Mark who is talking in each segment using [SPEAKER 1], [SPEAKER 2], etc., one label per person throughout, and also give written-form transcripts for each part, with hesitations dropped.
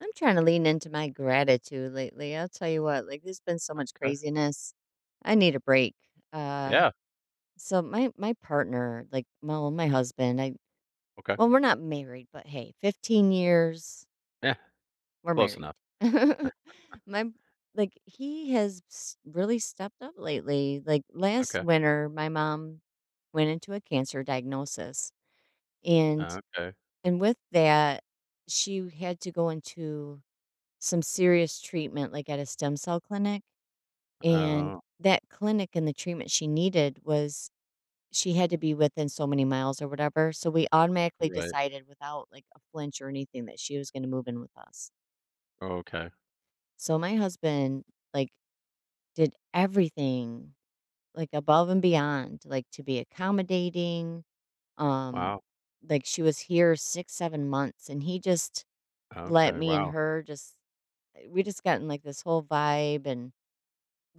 [SPEAKER 1] I'm trying to lean into my gratitude lately. I'll tell you what, like there's been so much
[SPEAKER 2] Okay.
[SPEAKER 1] craziness. I need a break. Uh
[SPEAKER 2] Yeah.
[SPEAKER 1] so my partner, like well, my husband, I
[SPEAKER 2] Okay.
[SPEAKER 1] well, we're not married, but hey, 15 years
[SPEAKER 2] Yeah.
[SPEAKER 1] we're
[SPEAKER 2] Close
[SPEAKER 1] married.
[SPEAKER 2] enough.
[SPEAKER 1] my Like he has really stepped up lately. Like last
[SPEAKER 2] Okay.
[SPEAKER 1] winter, my mom went into a cancer diagnosis, and
[SPEAKER 2] Okay.
[SPEAKER 1] and with that, she had to go into some serious treatment, like at a stem cell clinic. And
[SPEAKER 2] Oh,
[SPEAKER 1] that clinic and the treatment she needed was, she had to be within so many miles or whatever, so we automatically
[SPEAKER 2] right.
[SPEAKER 1] decided without, like, a flinch or anything that she was gonna move in with us.
[SPEAKER 2] Okay.
[SPEAKER 1] So my husband, like, did everything, like, above and beyond, like, to be accommodating. um,
[SPEAKER 2] Wow.
[SPEAKER 1] like, she was here 6, 7 months, and he just let
[SPEAKER 2] Okay.
[SPEAKER 1] me and
[SPEAKER 2] Wow.
[SPEAKER 1] her just we just got in, like, this whole vibe, and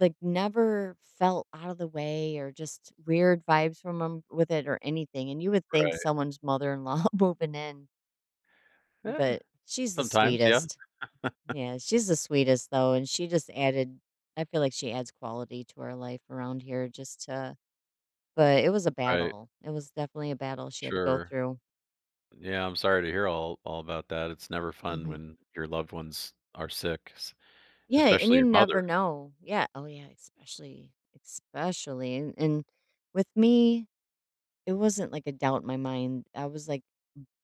[SPEAKER 1] like, never felt out of the way or just weird vibes from him with it or anything. And you would think
[SPEAKER 2] Right.
[SPEAKER 1] someone's mother-in-law moving in,
[SPEAKER 2] Yeah.
[SPEAKER 1] but she's the
[SPEAKER 2] Sometimes. Yeah.
[SPEAKER 1] sweetest. Yeah, she's the sweetest, though, and she just added, I feel like she adds quality to our life around here just to, but it was a
[SPEAKER 2] Right.
[SPEAKER 1] battle. It was definitely a battle she had to go
[SPEAKER 2] Sure.
[SPEAKER 1] through.
[SPEAKER 2] Yeah. I'm sorry to hear all about that. It's never fun
[SPEAKER 1] Mhm.
[SPEAKER 2] when your loved ones are sick,
[SPEAKER 1] Yeah, and
[SPEAKER 2] especially
[SPEAKER 1] you
[SPEAKER 2] your
[SPEAKER 1] never
[SPEAKER 2] mother.
[SPEAKER 1] know. Yeah. Oh, yeah, especially, and with me, it wasn't like a doubt in my mind. I was like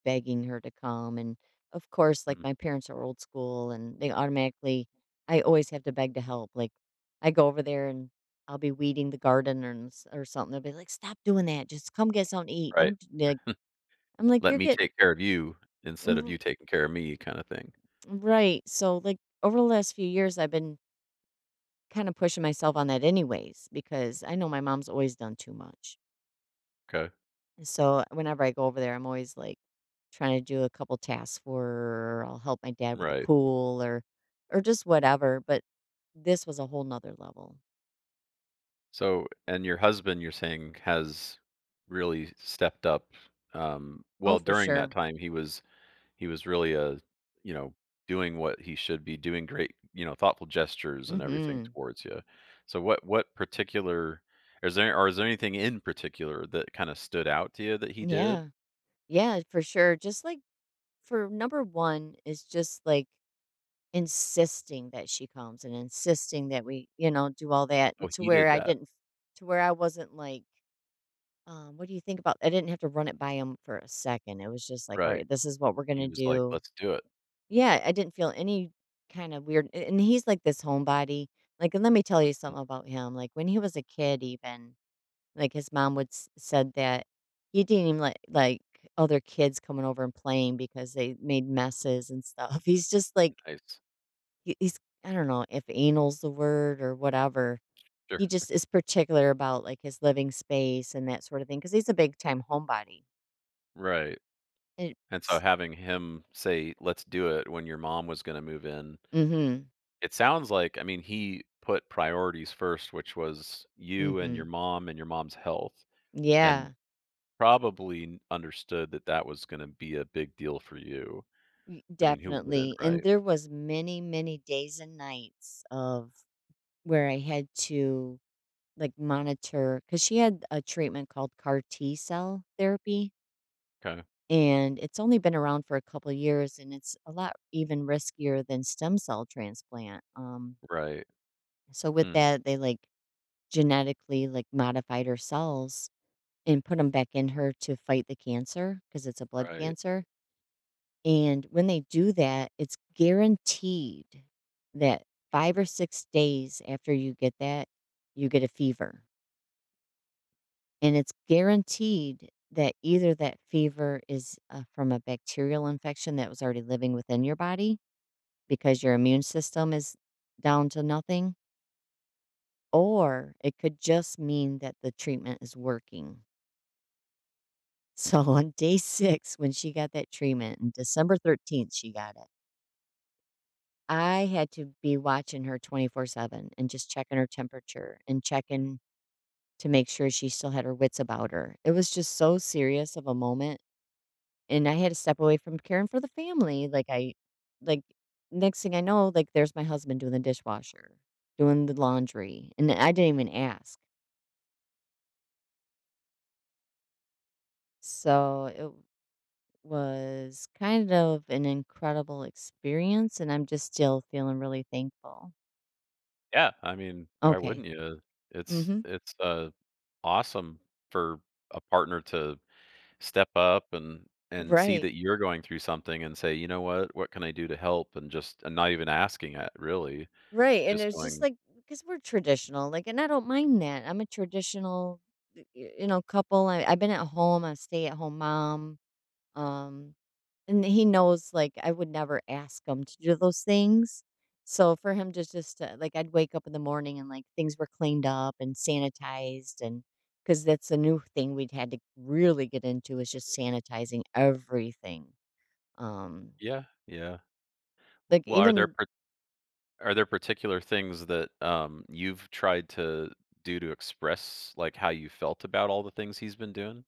[SPEAKER 1] begging her to come. And of course, like,
[SPEAKER 2] Mm.
[SPEAKER 1] my parents are old school and they automatically, I always have to beg to help. Like, I go over there and I'll be weeding the garden or, or something. They'll be like, stop doing that. Just come get something to eat.
[SPEAKER 2] Right.
[SPEAKER 1] Don't d- Like, I'm like,
[SPEAKER 2] Let
[SPEAKER 1] you're
[SPEAKER 2] me
[SPEAKER 1] getting,
[SPEAKER 2] take care of you instead of you taking care of me, kind of thing.
[SPEAKER 1] right. So like, over the last few years, I've been kind of pushing myself on that anyways, because I know my mom's always done too much.
[SPEAKER 2] Okay.
[SPEAKER 1] And so whenever I go over there, I'm always like, trying to do a couple tasks for her, or I'll help my dad with the
[SPEAKER 2] Right.
[SPEAKER 1] pool, or just whatever, but this was a whole whole 'nother level.
[SPEAKER 2] So, and your husband, you're saying, has really stepped up.
[SPEAKER 1] Oh,
[SPEAKER 2] Well,
[SPEAKER 1] for
[SPEAKER 2] during that
[SPEAKER 1] sure.
[SPEAKER 2] time, he was he was really, you know, doing what he should be doing, great, thoughtful gestures and everything
[SPEAKER 1] Mhm.
[SPEAKER 2] towards you. So what particular is there or is there anything in particular that kind of stood out to you that he did?
[SPEAKER 1] Yeah. Yeah, for sure. Just, like, for number 1 is just, like, insisting that she comes and insisting that we, do all that and
[SPEAKER 2] Oh, he did that.
[SPEAKER 1] to where I wasn't like, "What do you think about" I didn't have to run it by him for a second. It was just like,
[SPEAKER 2] Right.
[SPEAKER 1] "Alright, this is what we're
[SPEAKER 2] He
[SPEAKER 1] gonna
[SPEAKER 2] was like,
[SPEAKER 1] do."
[SPEAKER 2] "Let's do it."
[SPEAKER 1] Yeah, I didn't feel any kind of weird, a and he's like this homebody. Like, and let me tell you
[SPEAKER 2] Mhm,
[SPEAKER 1] something about him, like, when he was a kid even, like, his mom would s said that he didn't even li like other kids coming over and playing because they made messes and stuff. He's just like
[SPEAKER 2] Nice.
[SPEAKER 1] he's I don't know if anal's the word or whatever. He
[SPEAKER 2] Sure.
[SPEAKER 1] just is particular about, like, his living space and that sort of thing because he's a big-time homebody.
[SPEAKER 2] Right. And so
[SPEAKER 1] It's
[SPEAKER 2] having him say, "Let's do it," when your mom was going to move in,
[SPEAKER 1] Mhm.
[SPEAKER 2] it sounds like, I mean, he put priorities first, which was you and your
[SPEAKER 1] Mhm.
[SPEAKER 2] mom and your mom's health. And
[SPEAKER 1] Yeah.
[SPEAKER 2] probably understood that that was gonna be a big deal for you.
[SPEAKER 1] Y
[SPEAKER 2] I mean, who wouldn't,
[SPEAKER 1] Definitely, and
[SPEAKER 2] right?
[SPEAKER 1] there was many, many days and nights of where I had to, like, monitor, cause she had a treatment called CAR T-cell therapy,
[SPEAKER 2] 'Kay.
[SPEAKER 1] and it's only been around for a couple of years, and it's a lot even riskier than stem cell transplant.
[SPEAKER 2] Right.
[SPEAKER 1] So with
[SPEAKER 2] Hmm,
[SPEAKER 1] that, they, like, genetically, like, modified her cells and put them back in her to fight the cancer, cause it's a blood
[SPEAKER 2] right.
[SPEAKER 1] cancer. And when they do that, it's guaranteed that 5 or 6 days after you get that, you get a fever. And it's guaranteed that either that fever is, from a bacterial infection that was already living within your body because your immune system is down to nothing, or it could just mean that the treatment is working. So on day 6 when she got that treatment, on December 13th she got it. I had to be watching her 24/7 and just checking her temperature and checking to make sure she still had her wits about her. It was just so serious of a moment, and I had to step away from caring for the family, like, like, next thing I know, like, there's my husband doing the dishwasher, doing the laundry, and I didn't even ask. So, it was kind of an incredible experience, and I'm just still feeling really thankful.
[SPEAKER 2] Yeah, I mean, why
[SPEAKER 1] Okay.
[SPEAKER 2] wouldn't you? It's
[SPEAKER 1] Mhm.
[SPEAKER 2] it's, uh, awesome for a partner to step up and see
[SPEAKER 1] Right.
[SPEAKER 2] that you're going through something and say, "You know what? What can I do to help?" And just and not even asking it, really.
[SPEAKER 1] Right, and
[SPEAKER 2] Just
[SPEAKER 1] it's just
[SPEAKER 2] going,
[SPEAKER 1] like because we're traditional, like, and I don't mind that. I'm a traditional, couple. I've been at home. I'm a stay-at-home mom. Um, and he knows, like, I would never ask him to do those things. So for him to just like, I'd wake up in the morning and like things were cleaned up and sanitized, and because that's a new thing we'd had to really get into is just sanitizing everything. Um,
[SPEAKER 2] "Yeah, yeah."
[SPEAKER 1] like
[SPEAKER 2] Well, are there
[SPEAKER 1] even
[SPEAKER 2] Are there particular things that, you've tried to do to express, like, how you felt about all the things he's been doing?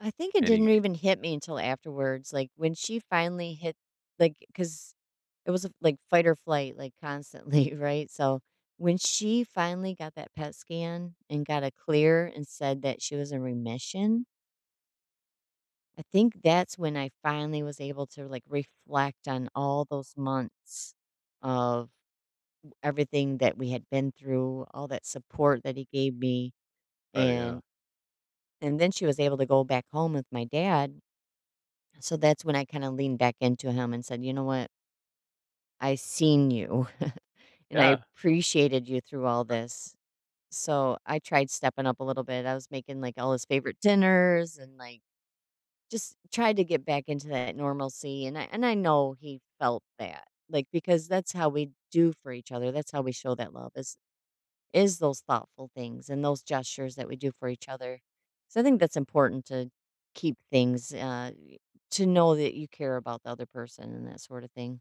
[SPEAKER 1] I think it didn't
[SPEAKER 2] Any
[SPEAKER 1] even hit me until afterwards, like, when she finally hit, like, cause it was, like, fight or flight, like, constantly, right? So, when she finally got that PET scan and got a clear and said that she was in remission, I think that's when I finally was able to, like, reflect on all those months of everything that we had been through, all that support that he gave me,
[SPEAKER 2] Oh, yeah.
[SPEAKER 1] and and then she was able to go back home with my dad. So that's when I kind of leaned back into him and said, "You know what? I seen you and I
[SPEAKER 2] Yeah.
[SPEAKER 1] appreciated you through all this." So I tried stepping up a little bit. I was making like all his favorite dinners and like just tried to get back into that normalcy, and I know he felt that. Like, because that's how we do for each other. That's how we show that love. Is those thoughtful things and those gestures that we do for each other. So I think that's important to keep things, to know that you care about the other person and that sort of thing.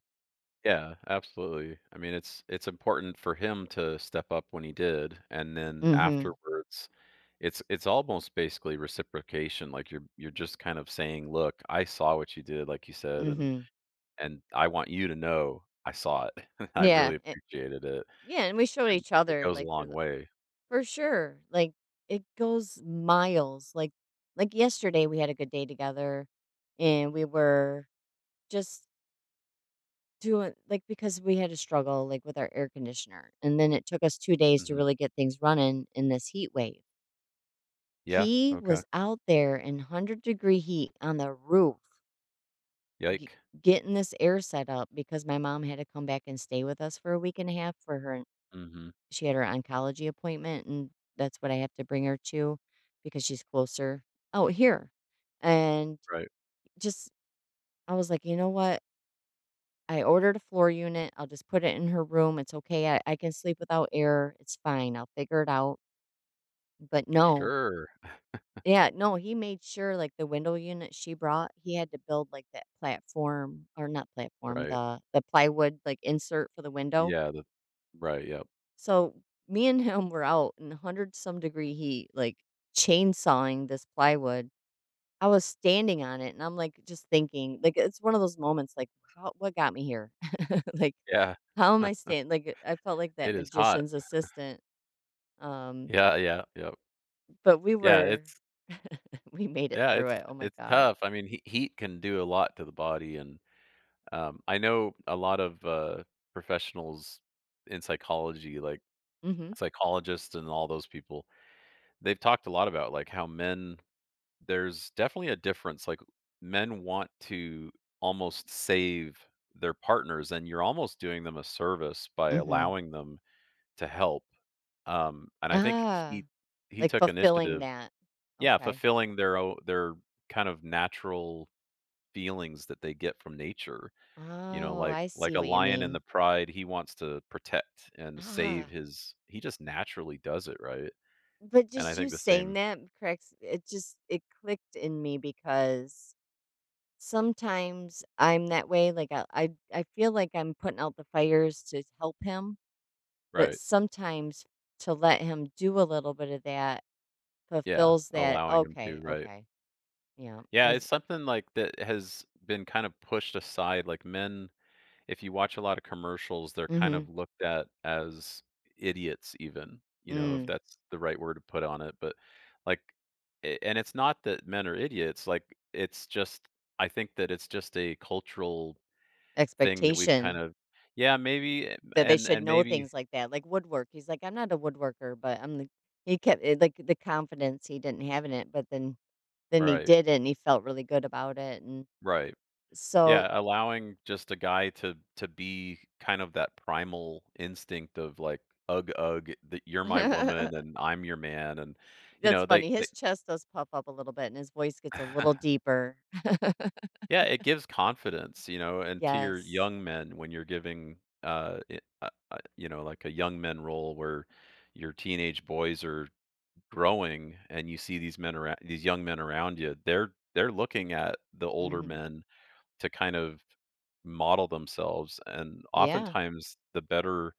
[SPEAKER 2] Yeah, absolutely. I mean, it's important for him to step up when he did, and then
[SPEAKER 1] Mhm.
[SPEAKER 2] afterwards, it's almost basically reciprocation, like, you're just kind of saying, "Look, I saw what you did," like you said, "and
[SPEAKER 1] Mhm.
[SPEAKER 2] I want you to know I saw it. I
[SPEAKER 1] Yeah.
[SPEAKER 2] really appreciated it,"
[SPEAKER 1] Yeah, and we show
[SPEAKER 2] and
[SPEAKER 1] each
[SPEAKER 2] it
[SPEAKER 1] other
[SPEAKER 2] goes a
[SPEAKER 1] like through
[SPEAKER 2] long
[SPEAKER 1] the,
[SPEAKER 2] way.
[SPEAKER 1] for sure. Like, it goes miles. Like yesterday we had a good day together, and we were just doing like because we had a struggle like with our air conditioner, and then it took us 2 days to
[SPEAKER 2] Mhm.
[SPEAKER 1] really get things running in this heat wave.
[SPEAKER 2] Yeah,
[SPEAKER 1] He
[SPEAKER 2] okay.
[SPEAKER 1] was out there in 100-degree heat on the roof g-
[SPEAKER 2] Yike.
[SPEAKER 1] getting this air set up because my mom had to come back and stay with us for a week and a half for her,
[SPEAKER 2] Mhm.
[SPEAKER 1] she had her oncology appointment, and that's what I have to bring her to because she's closer out here. And
[SPEAKER 2] Right.
[SPEAKER 1] just I was like, "You know what? I ordered a floor unit. I'll just put it in her room. It's okay. I can sleep without air. It's fine. I'll figure it out." But no,
[SPEAKER 2] Sure.
[SPEAKER 1] yeah, no, he made sure, like, the window unit she brought, he had to build, like, that platform, or not platform,
[SPEAKER 2] Right.
[SPEAKER 1] the plywood, like, insert for the window.
[SPEAKER 2] Yeah, the Right, yep.
[SPEAKER 1] So, me and him were out in 100 some degree heat, like, chainsawing this plywood. I was standing on it, and I'm, like, just thinking, like, it's one of those moments, like, "How, what got me here?" Like,
[SPEAKER 2] Yeah,
[SPEAKER 1] "How am I standing?" Like, I felt like that
[SPEAKER 2] it is hot.
[SPEAKER 1] magician's assistant. um,
[SPEAKER 2] Yeah, yeah, yep.
[SPEAKER 1] but we
[SPEAKER 2] Yeah,
[SPEAKER 1] were
[SPEAKER 2] it's
[SPEAKER 1] we made it
[SPEAKER 2] yeah,
[SPEAKER 1] through
[SPEAKER 2] it's
[SPEAKER 1] it, oh my
[SPEAKER 2] it's
[SPEAKER 1] god.
[SPEAKER 2] tough. I mean, he heat can do a lot to the body, and, I know a lot of, professionals in psychology, like
[SPEAKER 1] Mhm.
[SPEAKER 2] psychologists and all those people, they've talked a lot about, like, how men there's definitely a difference, like, men want to almost save their partners, and you're almost doing them a service by
[SPEAKER 1] Mhm.
[SPEAKER 2] allowing them to help, and I think
[SPEAKER 1] Ah,
[SPEAKER 2] he
[SPEAKER 1] like
[SPEAKER 2] took
[SPEAKER 1] fulfilling
[SPEAKER 2] initiative
[SPEAKER 1] that.
[SPEAKER 2] Yeah,
[SPEAKER 1] Okay.
[SPEAKER 2] fulfilling their kind of natural feelings that they get from nature, you know,
[SPEAKER 1] Oh,
[SPEAKER 2] like
[SPEAKER 1] I
[SPEAKER 2] like
[SPEAKER 1] see
[SPEAKER 2] a
[SPEAKER 1] what you
[SPEAKER 2] lion in the
[SPEAKER 1] mean.
[SPEAKER 2] pride, he wants to protect and save
[SPEAKER 1] Ah,
[SPEAKER 2] his he just naturally does it, right?
[SPEAKER 1] but
[SPEAKER 2] And I
[SPEAKER 1] just you
[SPEAKER 2] think the
[SPEAKER 1] saying
[SPEAKER 2] same
[SPEAKER 1] that corrects it, just it clicked in me because sometimes I'm that way. Like, I feel like I'm putting out the fires to help him, but
[SPEAKER 2] Right,
[SPEAKER 1] sometimes to let him do a little bit of that
[SPEAKER 2] yeah,
[SPEAKER 1] fulfills that.
[SPEAKER 2] allowing him to,
[SPEAKER 1] Okay,
[SPEAKER 2] right.
[SPEAKER 1] okay, yeah.
[SPEAKER 2] Yeah, it's something like that has been kind of pushed aside, like men if you watch a lot of commercials, they're kind of
[SPEAKER 1] Mhm.
[SPEAKER 2] looked at as idiots even, you know, if
[SPEAKER 1] Mm.
[SPEAKER 2] that's the right word to put on it, but like and it's not that men are idiots, like it's just I think that it's just a cultural thing that we've kind
[SPEAKER 1] Expectation.
[SPEAKER 2] of yeah, maybe
[SPEAKER 1] That they
[SPEAKER 2] and
[SPEAKER 1] should
[SPEAKER 2] and
[SPEAKER 1] know
[SPEAKER 2] maybe
[SPEAKER 1] things like that, like woodwork. He's like, "I'm not a woodworker," but I'm the, he kept it like, the confidence he didn't have in it, but then he
[SPEAKER 2] right,
[SPEAKER 1] did it, and he felt really good about it, and
[SPEAKER 2] right.
[SPEAKER 1] so
[SPEAKER 2] Yeah, allowing just a guy to be kind of that primal instinct of like ugh that you're my woman and I'm your man and you
[SPEAKER 1] that's
[SPEAKER 2] know, they,
[SPEAKER 1] funny.
[SPEAKER 2] they
[SPEAKER 1] His chest does puff up a little bit, and his voice gets a little deeper.
[SPEAKER 2] Yeah, it gives confidence, you know, and to your
[SPEAKER 1] Yes.
[SPEAKER 2] young men when you're giving, it, you know, like a young men role where your teenage boys are growing, and you see these men around, these young men around you. They're looking at the older
[SPEAKER 1] Mhm.
[SPEAKER 2] men to kind of model themselves, and
[SPEAKER 1] Yeah,
[SPEAKER 2] oftentimes the better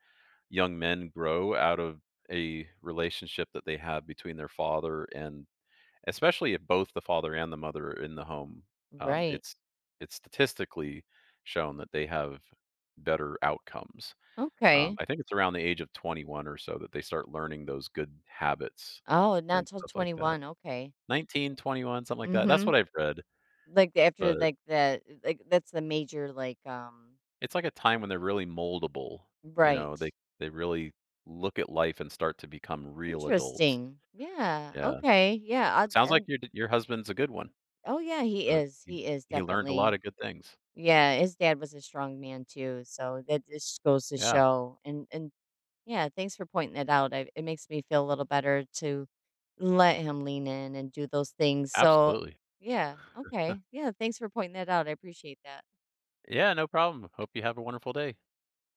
[SPEAKER 2] young men grow out of a relationship that they have between their father and especially if both the father and the mother are in the home, um,
[SPEAKER 1] right.
[SPEAKER 2] it's it's statistically shown that they have better outcomes.
[SPEAKER 1] Okay.
[SPEAKER 2] I think it's around the age of 21 or so that they start learning those good habits
[SPEAKER 1] Oh, not
[SPEAKER 2] and
[SPEAKER 1] till
[SPEAKER 2] stuff like that.
[SPEAKER 1] 21, okay.
[SPEAKER 2] 19, 21, something like that. That's
[SPEAKER 1] Mhm.
[SPEAKER 2] what I've read,
[SPEAKER 1] Like, after,
[SPEAKER 2] but
[SPEAKER 1] like, that like, that's the major, like,
[SPEAKER 2] it's like a time when they're really moldable. You
[SPEAKER 1] right.
[SPEAKER 2] know, they really look at life and start to become real adults.
[SPEAKER 1] Interesting. Yeah.
[SPEAKER 2] Yeah,
[SPEAKER 1] Okay. Yeah.
[SPEAKER 2] it sounds like your husband's a good one.
[SPEAKER 1] Oh, yeah. He
[SPEAKER 2] Uh,
[SPEAKER 1] is.
[SPEAKER 2] He,
[SPEAKER 1] He is
[SPEAKER 2] he learned a lot
[SPEAKER 1] definitely.
[SPEAKER 2] of good things.
[SPEAKER 1] Yeah. His dad was a strong man too. So that just goes to
[SPEAKER 2] Yeah.
[SPEAKER 1] show. And yeah. Thanks for pointing that out. It makes me feel a little better to let him lean in and do those things. So
[SPEAKER 2] Absolutely.
[SPEAKER 1] yeah. Okay. Yeah. Thanks for pointing that out. I appreciate that.
[SPEAKER 2] Yeah, no problem. Hope you have a wonderful day.